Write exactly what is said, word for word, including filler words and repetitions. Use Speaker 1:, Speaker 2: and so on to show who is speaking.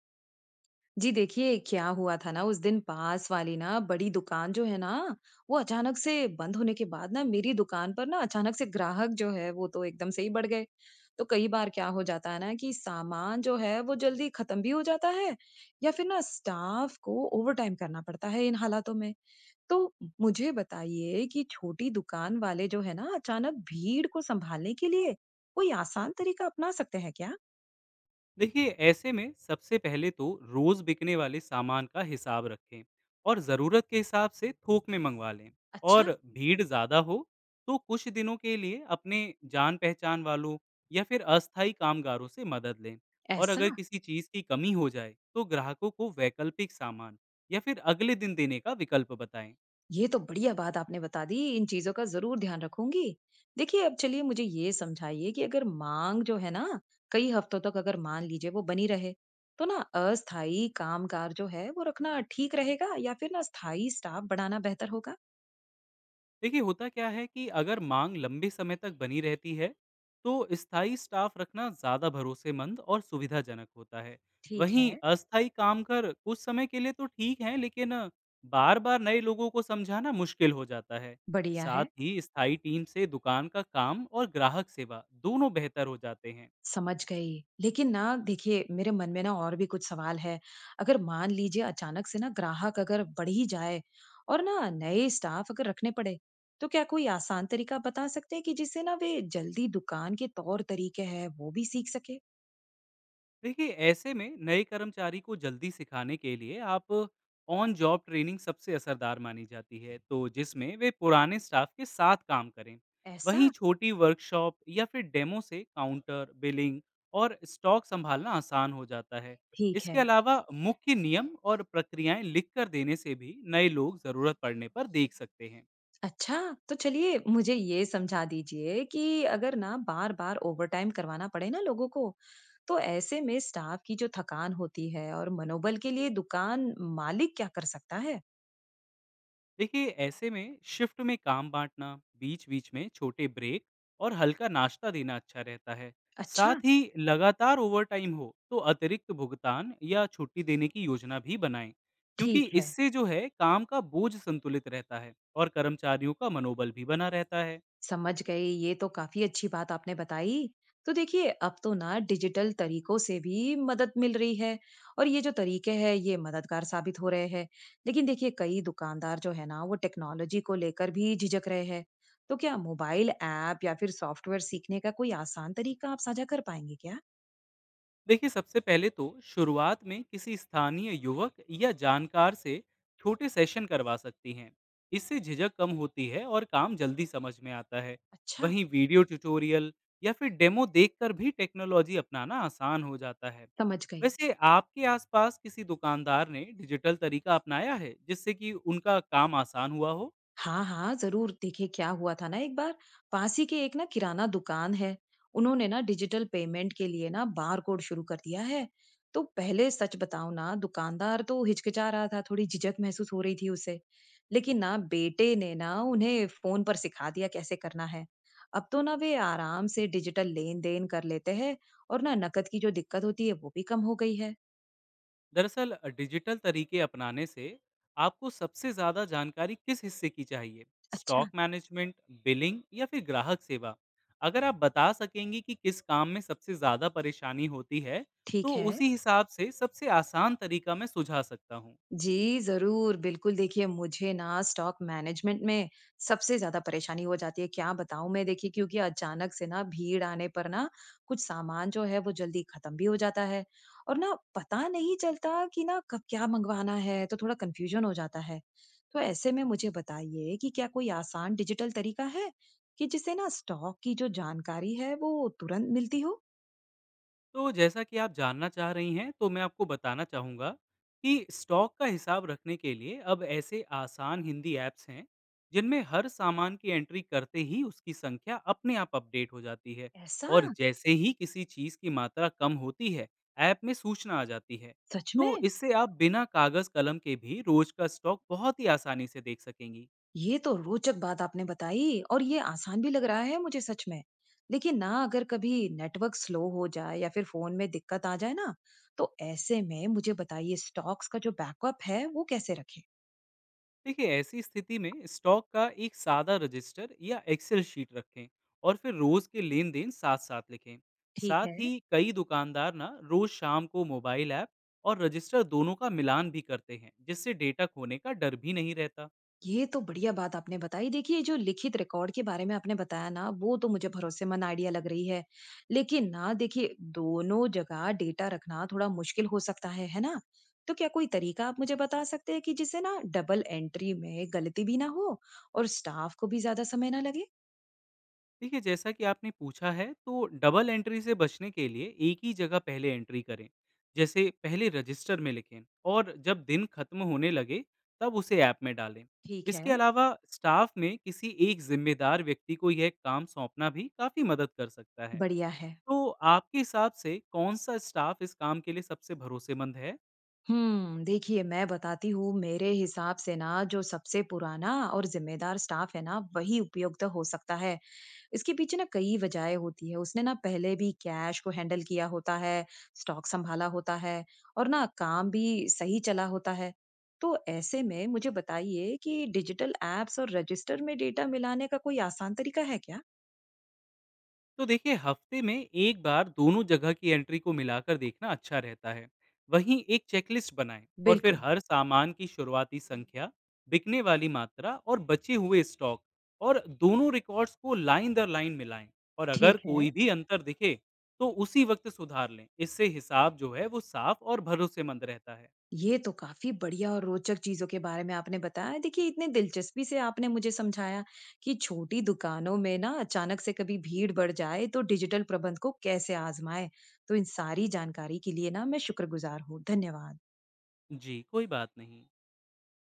Speaker 1: जी देखिए, क्या हुआ था ना, उस दिन पास वाली ना बड़ी दुकान जो है ना, वो अचानक से बंद होने के बाद ना मेरी दुकान पर ना अचानक से ग्राहक जो है वो तो एकदम से ही बढ़ गए। तो कई बार क्या हो जाता है ना कि सामान जो है वो जल्दी खत्म भी हो जाता है, या फिर ना स्टाफ को ओवर टाइम करना पड़ता है इन हालातों में। तो मुझे बताइए कि छोटी दुकान वाले जो है ना, अचानक भीड़ को संभालने के लिए कोई आसान तरीका अपना सकते हैं क्या।
Speaker 2: देखिए, ऐसे में सबसे पहले तो रोज बिकने वाले सामान का हिसाब रखें और ज़रूरत के हिसाब से थोक में मंगवा लें।
Speaker 1: अच्छा।
Speaker 2: और भीड़ ज़्यादा हो तो कुछ दिनों के लिए अपने जान पहचान वालों या फिर अस्थायी कामगारों से मदद लें। और
Speaker 1: ऐसा।
Speaker 2: अगर किसी चीज़ की कमी हो जाए तो ग्राहकों को वैकल्पिक सामान या फिर अगले दिन देने का विकल्प बताएं।
Speaker 1: ये तो बढ़िया बात आपने बता दी, इन चीजों का जरूर ध्यान रखूंगी। देखिए अब चलिए मुझे ये समझाइए कि अगर मांग जो है ना, कई हफ्तों तक अगर मान लीजिए वो बनी रहे, तो ना अस्थाई कामगार जो है वो रखना ठीक रहेगा, या फिर ना स्थायी स्टाफ बढ़ाना बेहतर होगा।
Speaker 2: देखिए, होता क्या है कि अगर मांग लंबे समय तक बनी रहती है तो स्थायी स्टाफ रखना ज़्यादा भरोसेमंद और सुविधाजनक होता है।
Speaker 1: ठीक
Speaker 2: वहीं
Speaker 1: है।
Speaker 2: अस्थायी काम कर कुछ समय के लिए तो ठीक है, लेकिन बार बार नए लोगों को समझाना मुश्किल हो जाता है।
Speaker 1: बढ़िया
Speaker 2: साथ
Speaker 1: है।
Speaker 2: ही स्थायी टीम से दुकान का काम और ग्राहक सेवा दोनों बेहतर हो जाते हैं।
Speaker 1: समझ गई। लेकिन ना देखिए, मेरे मन में ना और भी कुछ सवाल है। अगर मान लीजिए अचानक से ना ग्राहक अगर बढ़ ही जाए और ना नए स्टाफ अगर रखने पड़े, तो क्या कोई आसान तरीका बता सकते हैं कि जिससे ना वे जल्दी दुकान के तौर तरीके हैं वो भी सीख सके?
Speaker 2: देखिए, ऐसे में नए कर्मचारी को जल्दी सिखाने के लिए आप ऑन जॉब ट्रेनिंग सबसे असरदार मानी जाती है, तो जिसमें वे पुराने स्टाफ के साथ काम करें। वहीं
Speaker 1: ऐसा?
Speaker 2: छोटी वर्कशॉप या फिर डेमो से काउंटर बिलिंग और स्टॉक संभालना आसान हो जाता है।
Speaker 1: ठीक
Speaker 2: इसके
Speaker 1: है।
Speaker 2: अलावा मुख्य नियम और प्रक्रियाएं लिखकर देने से भी नए लोग ज़रूरत पड़ने पर देख सकते हैं।
Speaker 1: अच्छा, तो चलिए मुझे ये समझा दीजिए कि अगर ना बार-बार ओवरटाइम करवाना पड़े ना लोगों को, तो ऐसे में स्टाफ की जो थकान होती है और मनोबल के लिए दुकान मालिक क्या कर सकता है?
Speaker 2: देखिए, ऐसे में शिफ्ट में काम बांटना, बीच बीच में छोटे ब्रेक और हल्का नाश्ता देना अच्छा रहता है।
Speaker 1: अच्छा।
Speaker 2: साथ ही लगातार ओवरटाइम हो तो अतिरिक्त भुगतान या छुट्टी देने की योजना भी बनाएं, क्योंकि
Speaker 1: ठीक है,
Speaker 2: इससे जो है काम का बोझ संतुलित रहता है और कर्मचारियों का मनोबल भी बना रहता है।
Speaker 1: समझ गई। ये तो काफ़ी अच्छी बात आपने बताई। तो देखिए, अब तो ना डिजिटल तरीकों से भी मदद मिल रही है और ये जो तरीके हैं, ये मददगार साबित हो रहे हैं। लेकिन देखिए, कई दुकानदार जो है ना, वो टेक्नोलॉजी को लेकर भी झिझक रहे हैं। तो क्या मोबाइल ऐप या फिर सॉफ्टवेयर सीखने का कोई आसान तरीका आप साझा कर पाएंगे क्या?
Speaker 2: देखिए, सबसे पहले तो शुरुआत में किसी स्थानीय युवक या जानकार से छोटे सेशन करवा सकती हैं। इससे झिझक कम होती है और काम जल्दी समझ में आता है।
Speaker 1: अच्छा।
Speaker 2: वहीं वीडियो ट्यूटोरियल या फिर डेमो देखकर भी टेक्नोलॉजी अपनाना आसान हो जाता है।
Speaker 1: समझ गई।
Speaker 2: वैसे आपके आसपास किसी दुकानदार ने डिजिटल तरीका अपनाया है जिससे कि उनका काम आसान हुआ हो?
Speaker 1: हाँ हाँ जरूर। देखिए क्या हुआ था ना एक बार, पास ही के एक ना किराना दुकान है, उन्होंने ना डिजिटल पेमेंट के लिए ना बार कोड शुरू कर दिया है। तो पहले सच बताऊं ना, दुकानदार तो हिचकिचा रहा था, थोड़ी झिझक महसूस हो रही थी उसे। लेकिन ना बेटे ने ना उन्हें फोन पर सिखा दिया कैसे करना है। अब तो ना वे आराम से डिजिटल लेन देन कर लेते हैं और ना नकद की जो दिक्कत होती है वो भी कम हो गई है।
Speaker 2: दरअसल अ, डिजिटल तरीके अपनाने से आपको सबसे ज़्यादा जानकारी किस हिस्से की चाहिए?
Speaker 1: अच्छा।
Speaker 2: स्टॉक मैनेजमेंट, बिलिंग या फिर ग्राहक सेवा? अगर आप बता सकेंगे कि किस काम में सबसे ज़्यादा परेशानी होती है तो
Speaker 1: ठीक है।
Speaker 2: उसी हिसाब से सबसे आसान तरीका मैं सुझा सकता हूँ।
Speaker 1: जी, ज़रूर। बिल्कुल, देखिए मुझे ना स्टॉक मैनेजमेंट में सबसे ज़्यादा परेशानी हो जाती है। क्या बताऊँ मैं, देखिए क्योंकि अचानक से ना भीड़ आने पर ना कुछ सामान जो है वो जल्दी ख़त्म भी हो जाता है और ना पता नहीं चलता कि ना कब क्या मँगवाना है, तो थोड़ा कन्फ्यूज़न हो जाता है। तो ऐसे में मुझे बताइए कि क्या कोई आसान डिजिटल तरीका है कि जिससे ना स्टॉक की जो जानकारी है वो तुरंत मिलती हो?
Speaker 2: तो जैसा कि आप जानना चाह रही हैं, तो मैं आपको बताना चाहूँगा कि स्टॉक का हिसाब रखने के लिए अब ऐसे आसान हिंदी ऐप्स हैं, जिनमें हर सामान की एंट्री करते ही उसकी संख्या अपने आप अपडेट हो जाती है।
Speaker 1: ऐसा?
Speaker 2: और जैसे ही किसी चीज़ की मात्रा कम होती है, ऐप में सूचना आ जाती है।
Speaker 1: सच
Speaker 2: तो
Speaker 1: में?
Speaker 2: इससे आप बिना कागज़ कलम के भी रोज का स्टॉक बहुत ही आसानी से देख सकेंगी।
Speaker 1: ये तो रोचक बात आपने बताई और ये आसान भी लग रहा है मुझे, सच में। लेकिन ना अगर कभी नेटवर्क स्लो हो जाए या फिर फोन में दिक्कत आ जाए ना, तो ऐसे में मुझे बताइए स्टॉक्स का जो बैकअप है वो कैसे रखें।
Speaker 2: देखिए, ऐसी स्थिति में स्टॉक का एक सादा रजिस्टर या एक्सेल शीट रखें और फिर रोज के लेन देन साथ साथ लिखें।
Speaker 1: ठीक
Speaker 2: साथ
Speaker 1: है।
Speaker 2: ही कई दुकानदार ना रोज शाम को मोबाइल ऐप और रजिस्टर दोनों का मिलान भी करते हैं, जिससे डेटा खोने का डर भी नहीं रहता।
Speaker 1: ये तो बढ़िया बात आपने बताई। देखिए, जो लिखित रिकॉर्ड के बारे में आपने बताया ना, वो तो मुझे भरोसेमंद आइडिया लग रही है। लेकिन ना देखिए, दोनों जगह डेटा रखना थोड़ा मुश्किल हो सकता है, है ना? तो क्या कोई तरीका आप मुझे बता सकते हैं कि जिससे ना डबल एंट्री में गलती भी ना हो और स्टाफ को भी ज़्यादा समय ना लगे?
Speaker 2: देखिए, जैसा कि आपने पूछा है तो डबल एंट्री से बचने के लिए एक ही जगह पहले एंट्री करें। जैसे पहले रजिस्टर में लिखें और जब दिन खत्म होने लगे तब उसे ऐप में डालें।
Speaker 1: ठीक
Speaker 2: इसके
Speaker 1: है।
Speaker 2: अलावा स्टाफ में किसी एक जिम्मेदार व्यक्ति को यह काम सौंपना भी काफ़ी मदद कर सकता है।
Speaker 1: बढ़िया है।
Speaker 2: तो आपके हिसाब से कौन सा स्टाफ इस काम के लिए सबसे भरोसेमंद है?
Speaker 1: हम्म, देखिए मैं बताती हूँ। मेरे हिसाब से ना, जो सबसे पुराना और जिम्मेदार स्टाफ है ना, वही उपयुक्त हो सकता है। इसके पीछे ना कई वजहें होती है। उसने ना पहले भी कैश को हैंडल किया होता है, स्टॉक संभाला होता है, और ना काम भी सही चला होता है। तो ऐसे में मुझे बताइए कि डिजिटल एप्स और रजिस्टर में डेटा मिलाने का कोई आसान तरीका है क्या।
Speaker 2: तो देखिए, हफ्ते में एक बार दोनों जगह की एंट्री को मिलाकर देखना अच्छा रहता है। वहीं एक चेकलिस्ट बनाएं और फिर
Speaker 1: बिल्कुल।
Speaker 2: हर सामान की शुरुआती संख्या, बिकने वाली मात्रा और बचे हुए स्टॉक, और दोनों रिकॉर्ड्स को लाइन दर लाइन मिलाएं। और अगर
Speaker 1: ठीक है।
Speaker 2: कोई भी अंतर दिखे तो उसी वक्त सुधार लें। इससे हिसाब जो है वो साफ और भरोसेमंद रहता है।
Speaker 1: ये तो काफी बढ़िया और रोचक चीजों के बारे में आपने बताया। देखिए, इतने दिलचस्पी से आपने मुझे समझाया कि छोटी दुकानों में ना अचानक से कभी भीड़ बढ़ जाए तो डिजिटल प्रबंध को कैसे आजमाएं। तो इन सारी जानकारी के लिए ना मैं शुक्रगुजार हूँ। धन्यवाद।
Speaker 2: जी, कोई बात नहीं।